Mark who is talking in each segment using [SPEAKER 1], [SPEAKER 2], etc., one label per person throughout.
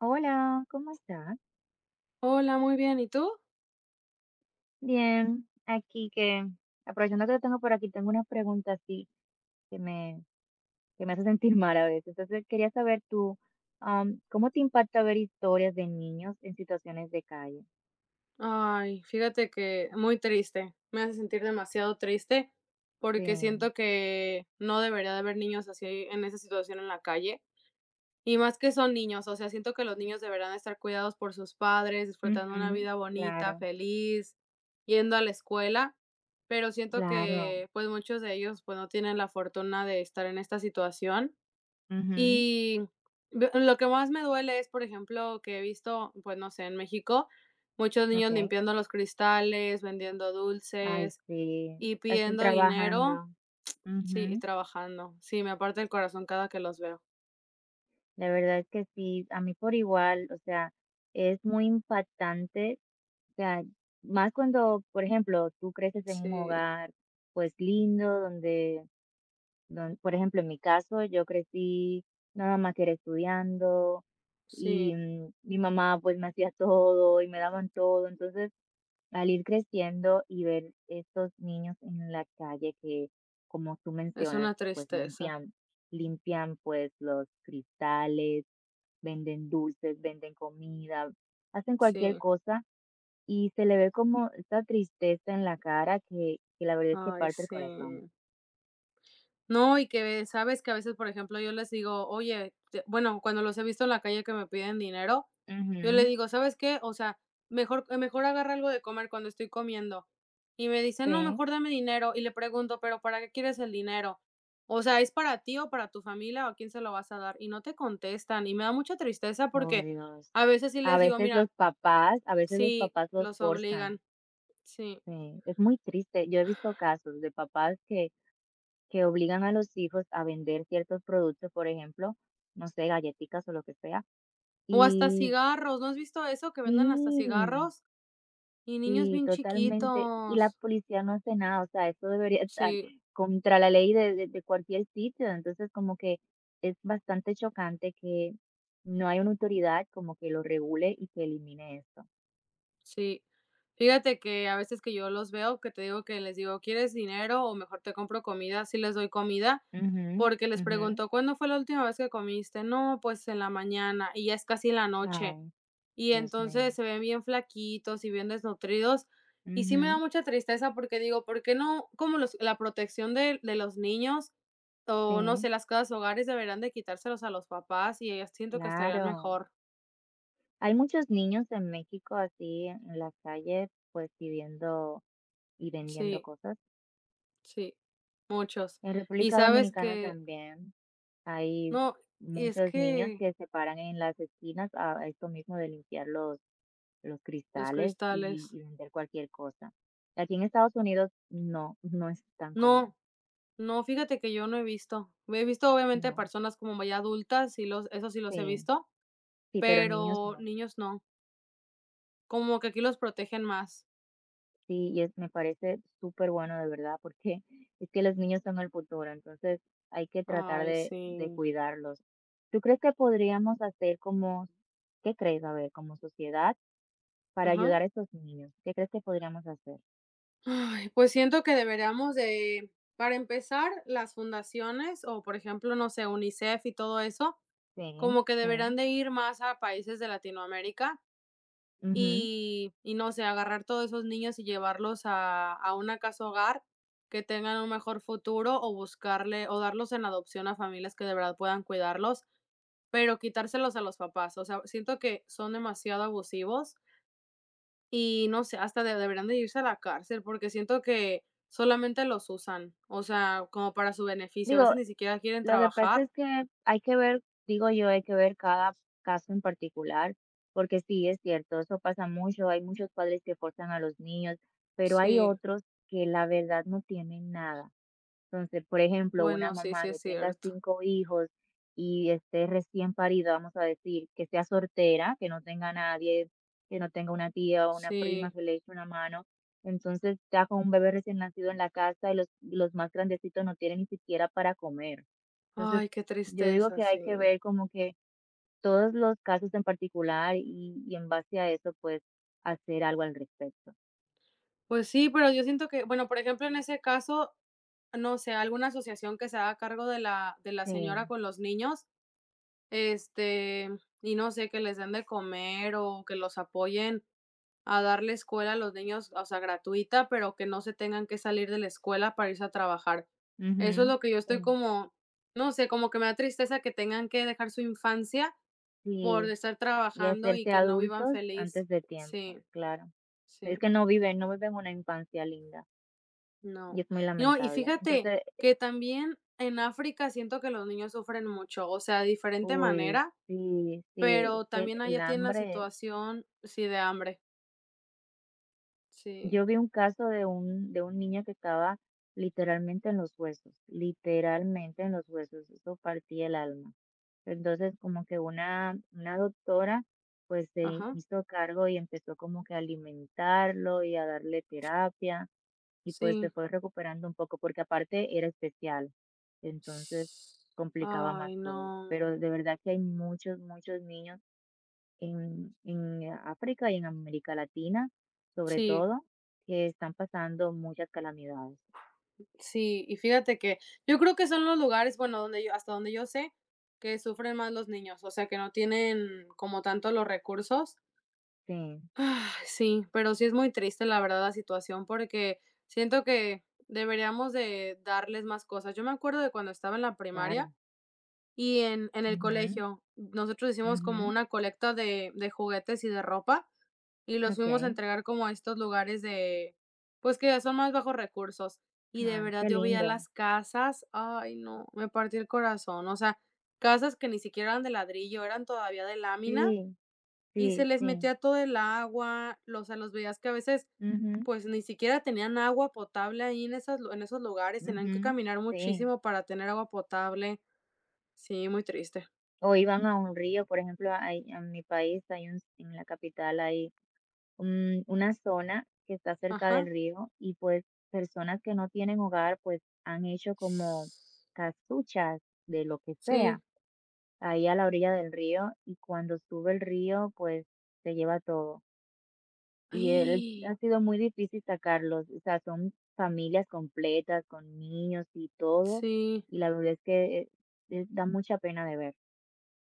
[SPEAKER 1] Hola, ¿cómo estás?
[SPEAKER 2] Hola, muy bien, ¿y tú?
[SPEAKER 1] Bien, aquí que aprovechando que te tengo por aquí, tengo una pregunta así que me, que me hace sentir mal a veces. Entonces quería saber tú, ¿cómo te impacta ver historias de niños en situaciones de calle?
[SPEAKER 2] Ay, fíjate que muy triste, me hace sentir demasiado triste porque
[SPEAKER 1] Sí,
[SPEAKER 2] siento que no debería de haber niños así en esa situación en la calle y más que son niños, o sea, siento que los niños deberán estar cuidados por sus padres, disfrutando una
[SPEAKER 1] ujú,
[SPEAKER 2] vida bonita,
[SPEAKER 1] claro,
[SPEAKER 2] feliz, yendo a la escuela, pero siento
[SPEAKER 1] claro,
[SPEAKER 2] que pues muchos de ellos pues no tienen la fortuna de estar en esta situación.
[SPEAKER 1] ujú,
[SPEAKER 2] Y ve lo que más me duele es, por ejemplo, que he visto, pues, no sé, en México, muchos niños
[SPEAKER 1] ok.
[SPEAKER 2] limpiando los cristales, vendiendo
[SPEAKER 1] Ay,
[SPEAKER 2] dulces
[SPEAKER 1] sí,
[SPEAKER 2] y
[SPEAKER 1] estoy
[SPEAKER 2] pidiendo dinero.
[SPEAKER 1] trabajando.
[SPEAKER 2] Sí, y
[SPEAKER 1] Ujú,
[SPEAKER 2] trabajando. Sí, me aparta el corazón cada que los veo.
[SPEAKER 1] la verdad es que sí, a mí por igual, o sea, es muy impactante. O sea, más cuando, por ejemplo, tú creces en un
[SPEAKER 2] Sí,
[SPEAKER 1] hogar, pues lindo, donde, por ejemplo, en mi caso, yo crecí nada más que era estudiando y
[SPEAKER 2] sí,
[SPEAKER 1] mi mamá pues me hacía todo y me daban todo. Entonces, al ir creciendo y ver estos niños en la calle que, como tú
[SPEAKER 2] es
[SPEAKER 1] mencionas,
[SPEAKER 2] una
[SPEAKER 1] pues
[SPEAKER 2] tristeza.
[SPEAKER 1] limpian, limpian pues los cristales, venden dulces, venden comida, hacen cualquier
[SPEAKER 2] Sí,
[SPEAKER 1] cosa y se le ve como esta tristeza en la cara que la verdad es que
[SPEAKER 2] ay,
[SPEAKER 1] parte el corazón.
[SPEAKER 2] sí. No, y que sabes que a veces, por ejemplo, yo les digo: "Oye", te bueno, cuando los he visto en la calle que me piden dinero, yo le
[SPEAKER 1] Ujú,
[SPEAKER 2] digo: "¿Sabes qué? O sea, mejor agarra algo de comer cuando estoy comiendo". Y me dicen: "No,
[SPEAKER 1] sí.
[SPEAKER 2] mejor dame dinero". Y le pregunto: "¿Pero para qué quieres el dinero? O sea, ¿es para ti o para tu familia o a quién se lo vas a dar?". Y no te contestan, y me da mucha tristeza
[SPEAKER 1] Oh,
[SPEAKER 2] porque
[SPEAKER 1] Dios.
[SPEAKER 2] a veces sí
[SPEAKER 1] A
[SPEAKER 2] les digo:
[SPEAKER 1] veces los
[SPEAKER 2] "Mira",
[SPEAKER 1] papás a veces los
[SPEAKER 2] sí,
[SPEAKER 1] papás los
[SPEAKER 2] los
[SPEAKER 1] forzan,
[SPEAKER 2] obligan, sí.
[SPEAKER 1] sí, es muy triste. Yo he visto casos de papás que obligan a los hijos a vender ciertos productos, por ejemplo, no sé, galletitas o lo que sea,
[SPEAKER 2] O hasta
[SPEAKER 1] y
[SPEAKER 2] cigarros, ¿no has visto eso? Que venden hasta
[SPEAKER 1] sí.
[SPEAKER 2] cigarros. Y niños
[SPEAKER 1] Sí,
[SPEAKER 2] bien
[SPEAKER 1] totalmente. Y la
[SPEAKER 2] chiquitos.
[SPEAKER 1] policía no hace nada, o sea, eso debería estar
[SPEAKER 2] Sí,
[SPEAKER 1] contra la ley de cualquier sitio. Entonces, como que es bastante chocante que no hay una autoridad como que lo regule y que elimine esto.
[SPEAKER 2] sí. Fíjate que a veces que yo los veo, que te digo que les digo: "¿Quieres dinero o mejor te compro comida?". Sí les doy comida,
[SPEAKER 1] Ujú,
[SPEAKER 2] porque les
[SPEAKER 1] ujú.
[SPEAKER 2] pregunto: "¿Cuándo fue la última vez que comiste?". "No, pues en la mañana", y ya es casi la noche.
[SPEAKER 1] Ay,
[SPEAKER 2] Y
[SPEAKER 1] Dios mío.
[SPEAKER 2] entonces se ven bien flaquitos y bien desnutridos, y sí me da
[SPEAKER 1] Ujú,
[SPEAKER 2] mucha tristeza porque digo: "¿Por qué no?". Como los la protección de los niños, o no
[SPEAKER 1] sí.
[SPEAKER 2] sé, las casas hogares deberían de quitárselos a los papás y, siento que estarían
[SPEAKER 1] Claro.
[SPEAKER 2] mejor.
[SPEAKER 1] Hay muchos niños en México así en las calles, pues pidiendo y vendiendo
[SPEAKER 2] Sí.
[SPEAKER 1] cosas.
[SPEAKER 2] Sí, muchos.
[SPEAKER 1] En
[SPEAKER 2] Y
[SPEAKER 1] República
[SPEAKER 2] sabes
[SPEAKER 1] Dominicana
[SPEAKER 2] que
[SPEAKER 1] también. Hay
[SPEAKER 2] no, y es
[SPEAKER 1] muchos niños
[SPEAKER 2] que
[SPEAKER 1] que se paran en las esquinas a esto mismo de limpiar los
[SPEAKER 2] los
[SPEAKER 1] cristales y,
[SPEAKER 2] cristales.
[SPEAKER 1] y vender cualquier cosa. Aquí en Estados Unidos no, no es tan común.
[SPEAKER 2] No, no, fíjate que yo no he visto. He visto, obviamente,
[SPEAKER 1] No,
[SPEAKER 2] personas como ya adultas, y los esos sí los he
[SPEAKER 1] sí,
[SPEAKER 2] visto,
[SPEAKER 1] sí, pero niños
[SPEAKER 2] pero
[SPEAKER 1] no.
[SPEAKER 2] niños no. Como que aquí los protegen más.
[SPEAKER 1] Sí, y es, me parece súper bueno de verdad porque es que los niños son el futuro, entonces hay que tratar
[SPEAKER 2] Ay,
[SPEAKER 1] de
[SPEAKER 2] sí.
[SPEAKER 1] cuidarlos. ¿Tú crees que podríamos hacer como, qué crees, a ver, como sociedad para
[SPEAKER 2] Ajá.
[SPEAKER 1] ayudar a estos niños? ¿Qué crees que podríamos hacer?
[SPEAKER 2] Ay, pues siento que deberíamos de, para empezar, las fundaciones o, por ejemplo, no sé, UNICEF y todo eso,
[SPEAKER 1] Sí,
[SPEAKER 2] como que
[SPEAKER 1] sí.
[SPEAKER 2] deberán de ir más a países de Latinoamérica.
[SPEAKER 1] Ujú.
[SPEAKER 2] Y no sé, agarrar todos esos niños y llevarlos a una casa hogar, que tengan un mejor futuro, o buscarle o darlos en adopción a familias que de verdad puedan cuidarlos, pero quitárselos a los papás. O sea, siento que son demasiado abusivos y no sé, hasta de deberían de irse a la cárcel, porque siento que solamente los usan, o sea, como para su beneficio. A
[SPEAKER 1] Digo,
[SPEAKER 2] veces ni siquiera quieren
[SPEAKER 1] lo que pasa
[SPEAKER 2] trabajar.
[SPEAKER 1] es que hay que ver, digo yo, hay que ver cada caso en particular, porque sí, es cierto, eso pasa mucho, hay muchos padres que forzan a los niños, pero hay
[SPEAKER 2] Sí,
[SPEAKER 1] otros que la verdad no tienen nada. Entonces, por ejemplo, una
[SPEAKER 2] bueno, sí,
[SPEAKER 1] mamá
[SPEAKER 2] sí es
[SPEAKER 1] que tenga
[SPEAKER 2] cierto.
[SPEAKER 1] 5 hijos y esté recién parida, vamos a decir, que sea soltera, que no tenga nadie, que no tenga una tía o una prima
[SPEAKER 2] Sí.
[SPEAKER 1] que le eche una mano. Entonces, está con un bebé recién nacido en la casa y los, más grandecitos no tienen ni siquiera para comer. Entonces,
[SPEAKER 2] Ay, qué
[SPEAKER 1] yo digo
[SPEAKER 2] tristeza,
[SPEAKER 1] que
[SPEAKER 2] sí.
[SPEAKER 1] hay que ver como que todos los casos en particular y en base a eso, pues, hacer algo al respecto.
[SPEAKER 2] Pues sí, pero yo siento que, bueno, por ejemplo, en ese caso, no sé, alguna asociación que se haga cargo de la señora
[SPEAKER 1] Sí.
[SPEAKER 2] con los niños, este, y no sé, que les den de comer o que los apoyen a darle escuela a los niños, o sea, gratuita, pero que no se tengan que salir de la escuela para irse a trabajar. Eso es
[SPEAKER 1] Ujú,
[SPEAKER 2] lo que yo
[SPEAKER 1] sí.
[SPEAKER 2] estoy como, no sé, como que me da tristeza que tengan que dejar su infancia por
[SPEAKER 1] Sí.
[SPEAKER 2] estar
[SPEAKER 1] Y
[SPEAKER 2] trabajando y
[SPEAKER 1] hacerse
[SPEAKER 2] que no vivan
[SPEAKER 1] adultos
[SPEAKER 2] feliz.
[SPEAKER 1] antes de
[SPEAKER 2] Sí,
[SPEAKER 1] tiempo, claro. Es
[SPEAKER 2] sí.
[SPEAKER 1] que no viven, no viven una infancia linda y
[SPEAKER 2] No.
[SPEAKER 1] es muy
[SPEAKER 2] No, y
[SPEAKER 1] lamentable.
[SPEAKER 2] fíjate
[SPEAKER 1] Entonces,
[SPEAKER 2] que también en África siento que los niños sufren mucho, o sea, de diferente
[SPEAKER 1] uy,
[SPEAKER 2] manera,
[SPEAKER 1] sí, sí, es
[SPEAKER 2] pero
[SPEAKER 1] que
[SPEAKER 2] también
[SPEAKER 1] el
[SPEAKER 2] allá tienen la
[SPEAKER 1] hambre es.
[SPEAKER 2] situación, sí, de hambre. Sí,
[SPEAKER 1] Yo vi un caso de un, niño que estaba literalmente en los huesos, literalmente en los huesos, eso partía el alma. Entonces, como que una doctora pues se
[SPEAKER 2] ajá,
[SPEAKER 1] hizo cargo y empezó como que a alimentarlo y a darle terapia. Y pues se
[SPEAKER 2] sí.
[SPEAKER 1] fue recuperando un poco, porque aparte era especial, entonces complicaba más
[SPEAKER 2] Ay,
[SPEAKER 1] todo. Pero de
[SPEAKER 2] no.
[SPEAKER 1] verdad que hay muchos, muchos niños en África y en América Latina, sobre
[SPEAKER 2] Sí,
[SPEAKER 1] todo, que están pasando muchas calamidades.
[SPEAKER 2] sí, y fíjate que yo creo que son los lugares, bueno, donde yo hasta donde yo sé, que sufren más los niños, o sea, que no tienen como tanto los recursos.
[SPEAKER 1] Sí,
[SPEAKER 2] Ah, sí, pero sí es muy triste, la verdad, la situación, porque siento que deberíamos de darles más cosas. Yo me acuerdo de cuando estaba en la primaria
[SPEAKER 1] claro.
[SPEAKER 2] y en el
[SPEAKER 1] Mhm.
[SPEAKER 2] colegio, nosotros hicimos como
[SPEAKER 1] Mhm.
[SPEAKER 2] una colecta de juguetes y de ropa y los fuimos a
[SPEAKER 1] Okay.
[SPEAKER 2] entregar como a estos lugares de, pues que son más bajos recursos. Y de
[SPEAKER 1] Ay,
[SPEAKER 2] verdad
[SPEAKER 1] qué
[SPEAKER 2] yo veía
[SPEAKER 1] lindo.
[SPEAKER 2] las casas, ay no, me partió el corazón, o sea, casas que ni siquiera eran de ladrillo, eran todavía de lámina
[SPEAKER 1] Sí,
[SPEAKER 2] y se
[SPEAKER 1] sí,
[SPEAKER 2] les
[SPEAKER 1] sí.
[SPEAKER 2] metía todo el agua, lo o sea, los veías que a veces,
[SPEAKER 1] Mhm.
[SPEAKER 2] pues, ni siquiera tenían agua potable ahí en esas en esos lugares, tenían que
[SPEAKER 1] Mhm.
[SPEAKER 2] caminar
[SPEAKER 1] Sí.
[SPEAKER 2] muchísimo para tener agua potable. Sí, muy triste.
[SPEAKER 1] O iban a un río, por ejemplo, en mi país en la capital hay una zona que está cerca del
[SPEAKER 2] Ajá.
[SPEAKER 1] río y pues personas que no tienen hogar pues han hecho como casuchas de lo que
[SPEAKER 2] Sí.
[SPEAKER 1] sea ahí a la orilla del río y cuando sube el río pues se lleva todo. Y él ha sido muy difícil sacarlos, o sea, son familias completas con niños y todo
[SPEAKER 2] Sí,
[SPEAKER 1] y la verdad es que da mucha pena de ver.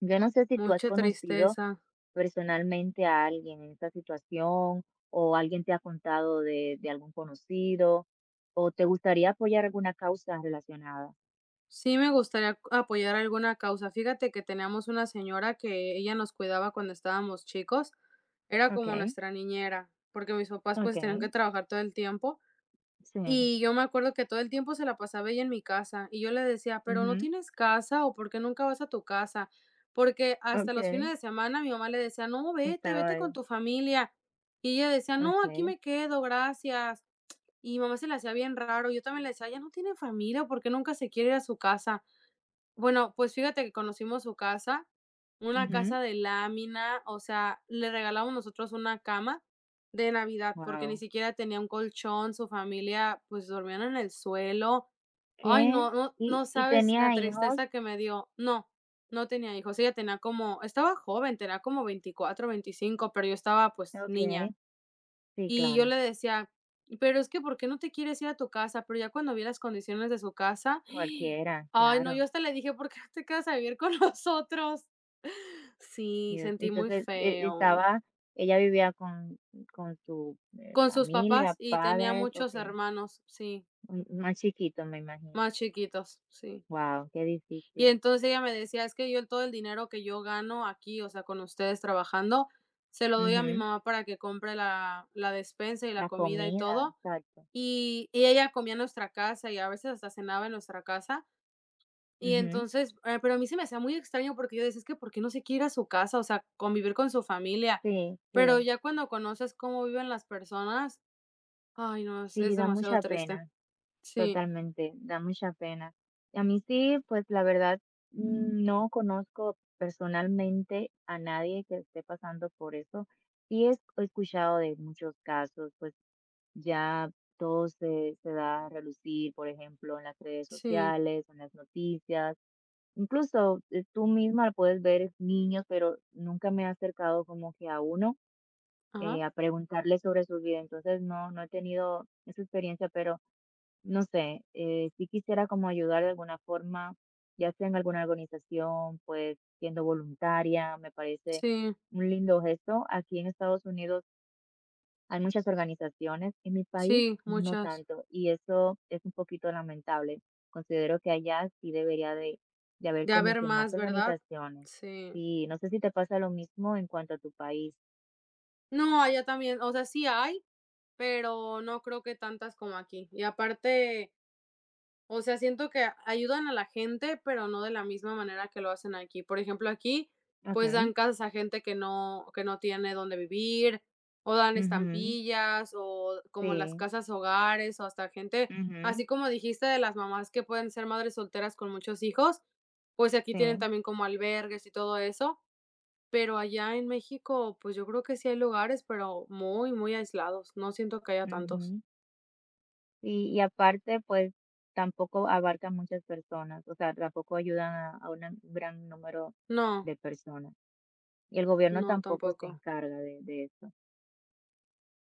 [SPEAKER 1] Yo no sé si tú has
[SPEAKER 2] mucha
[SPEAKER 1] conocido
[SPEAKER 2] tristeza.
[SPEAKER 1] personalmente a alguien en esta situación o alguien te ha contado de algún conocido o te gustaría apoyar alguna causa relacionada.
[SPEAKER 2] Sí, me gustaría apoyar alguna causa. Fíjate que teníamos una señora que ella nos cuidaba cuando estábamos chicos, era como
[SPEAKER 1] Okay,
[SPEAKER 2] nuestra niñera, porque mis papás, pues, tenían
[SPEAKER 1] okay,
[SPEAKER 2] que trabajar todo el tiempo.
[SPEAKER 1] sí,
[SPEAKER 2] Y yo me acuerdo que todo el tiempo se la pasaba ella en mi casa, y yo le decía: "Pero, ¿no
[SPEAKER 1] ujú,
[SPEAKER 2] tienes casa, o por qué nunca vas a tu casa?". Porque hasta los
[SPEAKER 1] okay,
[SPEAKER 2] fines de semana mi mamá le decía: "No, vete,
[SPEAKER 1] estaba
[SPEAKER 2] vete con
[SPEAKER 1] ahí,
[SPEAKER 2] tu familia". Y ella decía: "No, aquí
[SPEAKER 1] okay,
[SPEAKER 2] me quedo, gracias". Y mi mamá se la hacía bien raro, yo también le decía: "Ella no tiene familia, ¿por qué nunca se quiere ir a su casa?". Bueno, pues fíjate que conocimos su casa, una
[SPEAKER 1] ujú.
[SPEAKER 2] casa de lámina, o sea, le regalamos nosotros una cama de Navidad, porque ni
[SPEAKER 1] Wow,
[SPEAKER 2] siquiera tenía un colchón, su familia pues dormían en el suelo. Ay, no,
[SPEAKER 1] ¿qué?
[SPEAKER 2] no,
[SPEAKER 1] ¿Y,
[SPEAKER 2] no
[SPEAKER 1] y
[SPEAKER 2] sabes la
[SPEAKER 1] tenía
[SPEAKER 2] tristeza
[SPEAKER 1] hijos?
[SPEAKER 2] que me dio. No, no tenía hijos. Ella tenía como, estaba joven, tenía como 24, 25, pero yo estaba pues
[SPEAKER 1] Okay,
[SPEAKER 2] niña.
[SPEAKER 1] sí,
[SPEAKER 2] Y yo
[SPEAKER 1] claro,
[SPEAKER 2] le decía: "Pero es que, ¿por qué no te quieres ir a tu casa?". Pero ya cuando vi las condiciones de su casa,
[SPEAKER 1] cualquiera,
[SPEAKER 2] ay, no, yo
[SPEAKER 1] claro.
[SPEAKER 2] hasta le dije: "¿Por qué no te quedas a vivir con nosotros?". Sí,
[SPEAKER 1] Dios.
[SPEAKER 2] sentí muy
[SPEAKER 1] Entonces,
[SPEAKER 2] feo.
[SPEAKER 1] estaba ella vivía con su,
[SPEAKER 2] Con sus papás,
[SPEAKER 1] familia,
[SPEAKER 2] y tenía
[SPEAKER 1] padres,
[SPEAKER 2] muchos
[SPEAKER 1] okey,
[SPEAKER 2] hermanos, sí,
[SPEAKER 1] m más chiquito, me imagino.
[SPEAKER 2] más chiquitos, sí.
[SPEAKER 1] Wow, qué
[SPEAKER 2] Y
[SPEAKER 1] difícil.
[SPEAKER 2] entonces ella me decía: "Es que yo todo el dinero que yo gano aquí, o sea, con ustedes trabajando, se lo doy a mi
[SPEAKER 1] Ujú.
[SPEAKER 2] mamá para que compre la despensa y la
[SPEAKER 1] La
[SPEAKER 2] comida y
[SPEAKER 1] comida,
[SPEAKER 2] todo".
[SPEAKER 1] exacto.
[SPEAKER 2] Y ella comía en nuestra casa y a veces hasta cenaba en nuestra casa. Y
[SPEAKER 1] Ujú.
[SPEAKER 2] entonces, pero a mí se me hacía muy extraño porque yo decía: "Es que, ¿por qué no se quiere ir a su casa?". O sea, convivir con su familia.
[SPEAKER 1] Sí,
[SPEAKER 2] Pero
[SPEAKER 1] sí,
[SPEAKER 2] ya cuando conoces cómo viven las personas, ay no, es
[SPEAKER 1] sí, da
[SPEAKER 2] demasiado
[SPEAKER 1] mucha
[SPEAKER 2] triste.
[SPEAKER 1] pena,
[SPEAKER 2] Sí,
[SPEAKER 1] totalmente, da mucha pena. Y a mí sí, pues, la verdad, no conozco personalmente a nadie que esté pasando por eso. Sí he escuchado de muchos casos, pues ya todo se da a relucir, por ejemplo, en las redes
[SPEAKER 2] sí,
[SPEAKER 1] sociales, en las noticias. Incluso tú misma puedes ver niños, pero nunca me he acercado como que a uno
[SPEAKER 2] ajá,
[SPEAKER 1] a preguntarle sobre su vida. Entonces no, no he tenido esa experiencia, pero no sé, sí quisiera como ayudar de alguna forma, ya sea en alguna organización, pues siendo voluntaria, me parece
[SPEAKER 2] sí,
[SPEAKER 1] un lindo gesto. Aquí en Estados Unidos hay muchas organizaciones, en mi país
[SPEAKER 2] sí,
[SPEAKER 1] no
[SPEAKER 2] muchas.
[SPEAKER 1] tanto, y eso es un poquito lamentable. Considero que allá sí debería de haber
[SPEAKER 2] De
[SPEAKER 1] como
[SPEAKER 2] haber
[SPEAKER 1] que más
[SPEAKER 2] más, ¿verdad?
[SPEAKER 1] organizaciones.
[SPEAKER 2] Sí.
[SPEAKER 1] Sí, no sé si te pasa lo mismo en cuanto a tu país.
[SPEAKER 2] No, allá también, o sea, sí hay, pero no creo que tantas como aquí. Y aparte. O sea, siento que ayudan a la gente, pero no de la misma manera que lo hacen aquí. Por ejemplo, aquí, pues
[SPEAKER 1] Okay.
[SPEAKER 2] dan casas a gente que no tiene dónde vivir, o dan
[SPEAKER 1] Ujú,
[SPEAKER 2] estampillas, o como las
[SPEAKER 1] sí.
[SPEAKER 2] casas hogares, o hasta gente, así
[SPEAKER 1] Ujú,
[SPEAKER 2] como dijiste de las mamás que pueden ser madres solteras con muchos hijos, pues aquí tienen
[SPEAKER 1] sí.
[SPEAKER 2] también como albergues y todo eso. Pero allá en México, pues yo creo que sí hay lugares, pero muy, muy aislados. No siento que haya tantos.
[SPEAKER 1] Ujú. Sí, y aparte, pues tampoco abarca muchas personas, o sea, tampoco ayudan a un gran número
[SPEAKER 2] No,
[SPEAKER 1] de personas. Y el gobierno
[SPEAKER 2] no,
[SPEAKER 1] tampoco se
[SPEAKER 2] tampoco.
[SPEAKER 1] encarga de eso.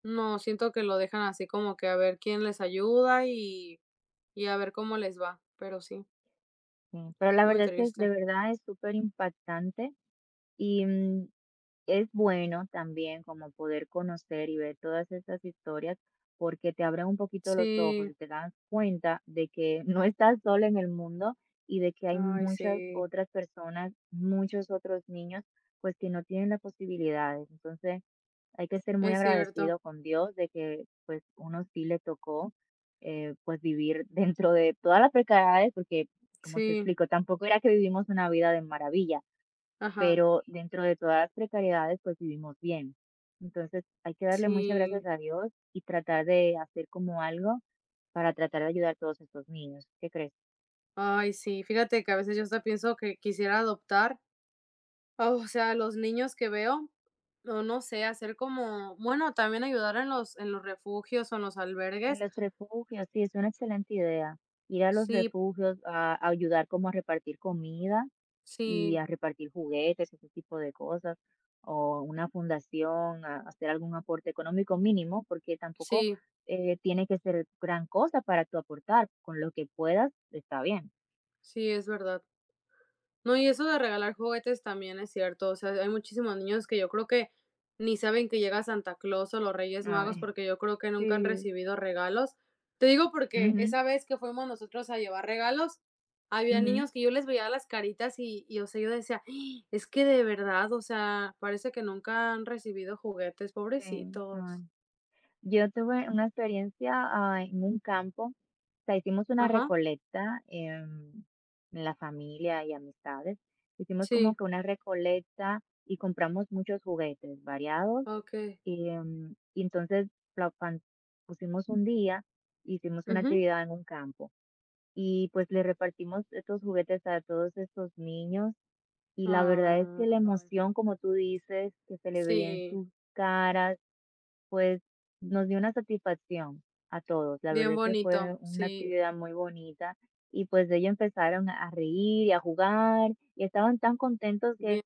[SPEAKER 2] No, siento que lo dejan así como que a ver quién les ayuda y a ver cómo les va, pero sí,
[SPEAKER 1] Sí, pero la
[SPEAKER 2] muy
[SPEAKER 1] verdad es que es de
[SPEAKER 2] triste.
[SPEAKER 1] verdad es súper impactante y es bueno también como poder conocer y ver todas estas historias porque te abren un poquito los ojos
[SPEAKER 2] Sí,
[SPEAKER 1] y te das cuenta de que no estás sola en el mundo y de que hay
[SPEAKER 2] ay,
[SPEAKER 1] muchas
[SPEAKER 2] sí,
[SPEAKER 1] otras personas, muchos otros niños, pues que no tienen las posibilidades. Entonces, hay que ser muy
[SPEAKER 2] es cierto.
[SPEAKER 1] agradecido con Dios de que pues uno sí le tocó pues vivir dentro de todas las precariedades, porque como te
[SPEAKER 2] Sí,
[SPEAKER 1] explico, tampoco era que vivimos una vida de maravilla,
[SPEAKER 2] ajá,
[SPEAKER 1] pero dentro de todas las precariedades pues vivimos bien. Entonces hay que darle muchas
[SPEAKER 2] sí.
[SPEAKER 1] gracias a Dios y tratar de hacer como algo para tratar de ayudar a todos estos niños. ¿Qué crees?
[SPEAKER 2] Ay, sí, fíjate que a veces yo hasta pienso que quisiera adoptar, o sea, los niños que veo, o no sé, hacer como, bueno, también ayudar en los refugios o en los
[SPEAKER 1] En
[SPEAKER 2] albergues.
[SPEAKER 1] los refugios, sí, es una excelente idea. Ir a los
[SPEAKER 2] Sí,
[SPEAKER 1] refugios a ayudar como a repartir comida y
[SPEAKER 2] sí,
[SPEAKER 1] a repartir juguetes, ese tipo de cosas, o una fundación, a hacer algún aporte económico mínimo, porque tampoco
[SPEAKER 2] sí,
[SPEAKER 1] tiene que ser gran cosa para tú aportar, con lo que puedas está bien.
[SPEAKER 2] sí, es verdad. No, y eso de regalar juguetes también es cierto, o sea, hay muchísimos niños que yo creo que ni saben que llega Santa Claus o los Reyes Magos,
[SPEAKER 1] Ay,
[SPEAKER 2] porque yo creo que nunca han
[SPEAKER 1] sí.
[SPEAKER 2] recibido regalos. Te digo porque
[SPEAKER 1] Ujú,
[SPEAKER 2] esa vez que fuimos nosotros a llevar regalos, había
[SPEAKER 1] ujú,
[SPEAKER 2] niños que yo les veía las caritas y, o sea, yo decía: "¡Ah!, es que de verdad, o sea, parece que nunca han recibido juguetes,
[SPEAKER 1] sí, ay.
[SPEAKER 2] pobrecitos".
[SPEAKER 1] Yo tuve una experiencia en un campo, o sea, hicimos una
[SPEAKER 2] Ajá,
[SPEAKER 1] recolecta en la familia y amistades, hicimos como
[SPEAKER 2] sí,
[SPEAKER 1] que una recolecta y compramos muchos juguetes variados.
[SPEAKER 2] okey.
[SPEAKER 1] Y entonces la pan- pusimos un día, hicimos una
[SPEAKER 2] Ujú.
[SPEAKER 1] actividad en un campo y pues le repartimos estos juguetes a todos estos niños y la verdad es que la
[SPEAKER 2] Ay,
[SPEAKER 1] emoción, como tú dices, que se le veía en
[SPEAKER 2] sí,
[SPEAKER 1] sus caras, pues nos dio una satisfacción a todos. La
[SPEAKER 2] bien
[SPEAKER 1] verdad es que
[SPEAKER 2] bonito,
[SPEAKER 1] fue una
[SPEAKER 2] sí,
[SPEAKER 1] actividad muy bonita y pues ellos empezaron a reír y a jugar y estaban tan contentos
[SPEAKER 2] bien
[SPEAKER 1] que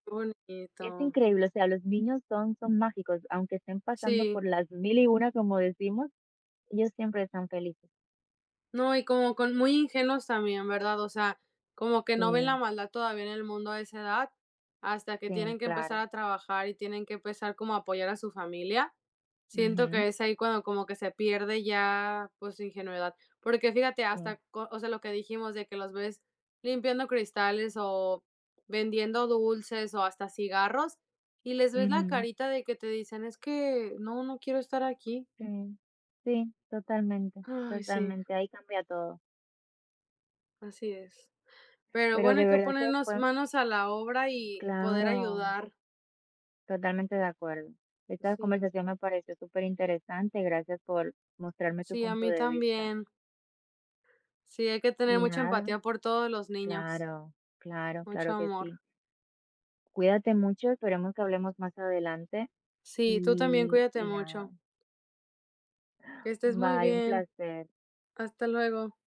[SPEAKER 1] es
[SPEAKER 2] bonito.
[SPEAKER 1] increíble, o sea, los niños son mágicos, aunque estén pasando
[SPEAKER 2] Sí,
[SPEAKER 1] por las mil y una, como decimos, ellos siempre están felices.
[SPEAKER 2] no, y como con muy ingenuos también, ¿verdad? O sea, como que no ven la
[SPEAKER 1] Sí,
[SPEAKER 2] maldad todavía en el mundo a esa edad, hasta que tienen
[SPEAKER 1] sí,
[SPEAKER 2] que empezar
[SPEAKER 1] claro.
[SPEAKER 2] a trabajar y tienen que empezar como a apoyar a su familia. Siento
[SPEAKER 1] Ujú,
[SPEAKER 2] que es ahí cuando como que se pierde ya, pues, su ingenuidad. Porque fíjate,
[SPEAKER 1] sí.
[SPEAKER 2] hasta, o sea, lo que dijimos de que los ves limpiando cristales o vendiendo dulces o hasta cigarros y les ves la
[SPEAKER 1] Ujú.
[SPEAKER 2] carita de que te dicen, es que no, no quiero estar aquí.
[SPEAKER 1] Sí, sí, totalmente,
[SPEAKER 2] Ay, sí,
[SPEAKER 1] totalmente, ahí cambia todo.
[SPEAKER 2] así es. Pero
[SPEAKER 1] Pero
[SPEAKER 2] bueno,
[SPEAKER 1] de
[SPEAKER 2] hay que
[SPEAKER 1] verdad que
[SPEAKER 2] ponernos
[SPEAKER 1] fue
[SPEAKER 2] manos a la obra y poder
[SPEAKER 1] claro,
[SPEAKER 2] ayudar.
[SPEAKER 1] totalmente de acuerdo. Esta
[SPEAKER 2] Sí,
[SPEAKER 1] conversación me pareció súper interesante. Gracias por mostrarme tu
[SPEAKER 2] sí, a
[SPEAKER 1] punto
[SPEAKER 2] mí
[SPEAKER 1] de vista.
[SPEAKER 2] también. Sí, hay que tener
[SPEAKER 1] Y
[SPEAKER 2] mucha
[SPEAKER 1] nada,
[SPEAKER 2] empatía por todos los niños,
[SPEAKER 1] claro, claro,
[SPEAKER 2] mucho
[SPEAKER 1] claro que
[SPEAKER 2] amor.
[SPEAKER 1] sí. Cuídate mucho, esperemos que hablemos más adelante.
[SPEAKER 2] Sí, tú también
[SPEAKER 1] Y,
[SPEAKER 2] cuídate
[SPEAKER 1] y nada,
[SPEAKER 2] mucho. Que estés muy
[SPEAKER 1] bye, un
[SPEAKER 2] bien.
[SPEAKER 1] placer.
[SPEAKER 2] Hasta luego.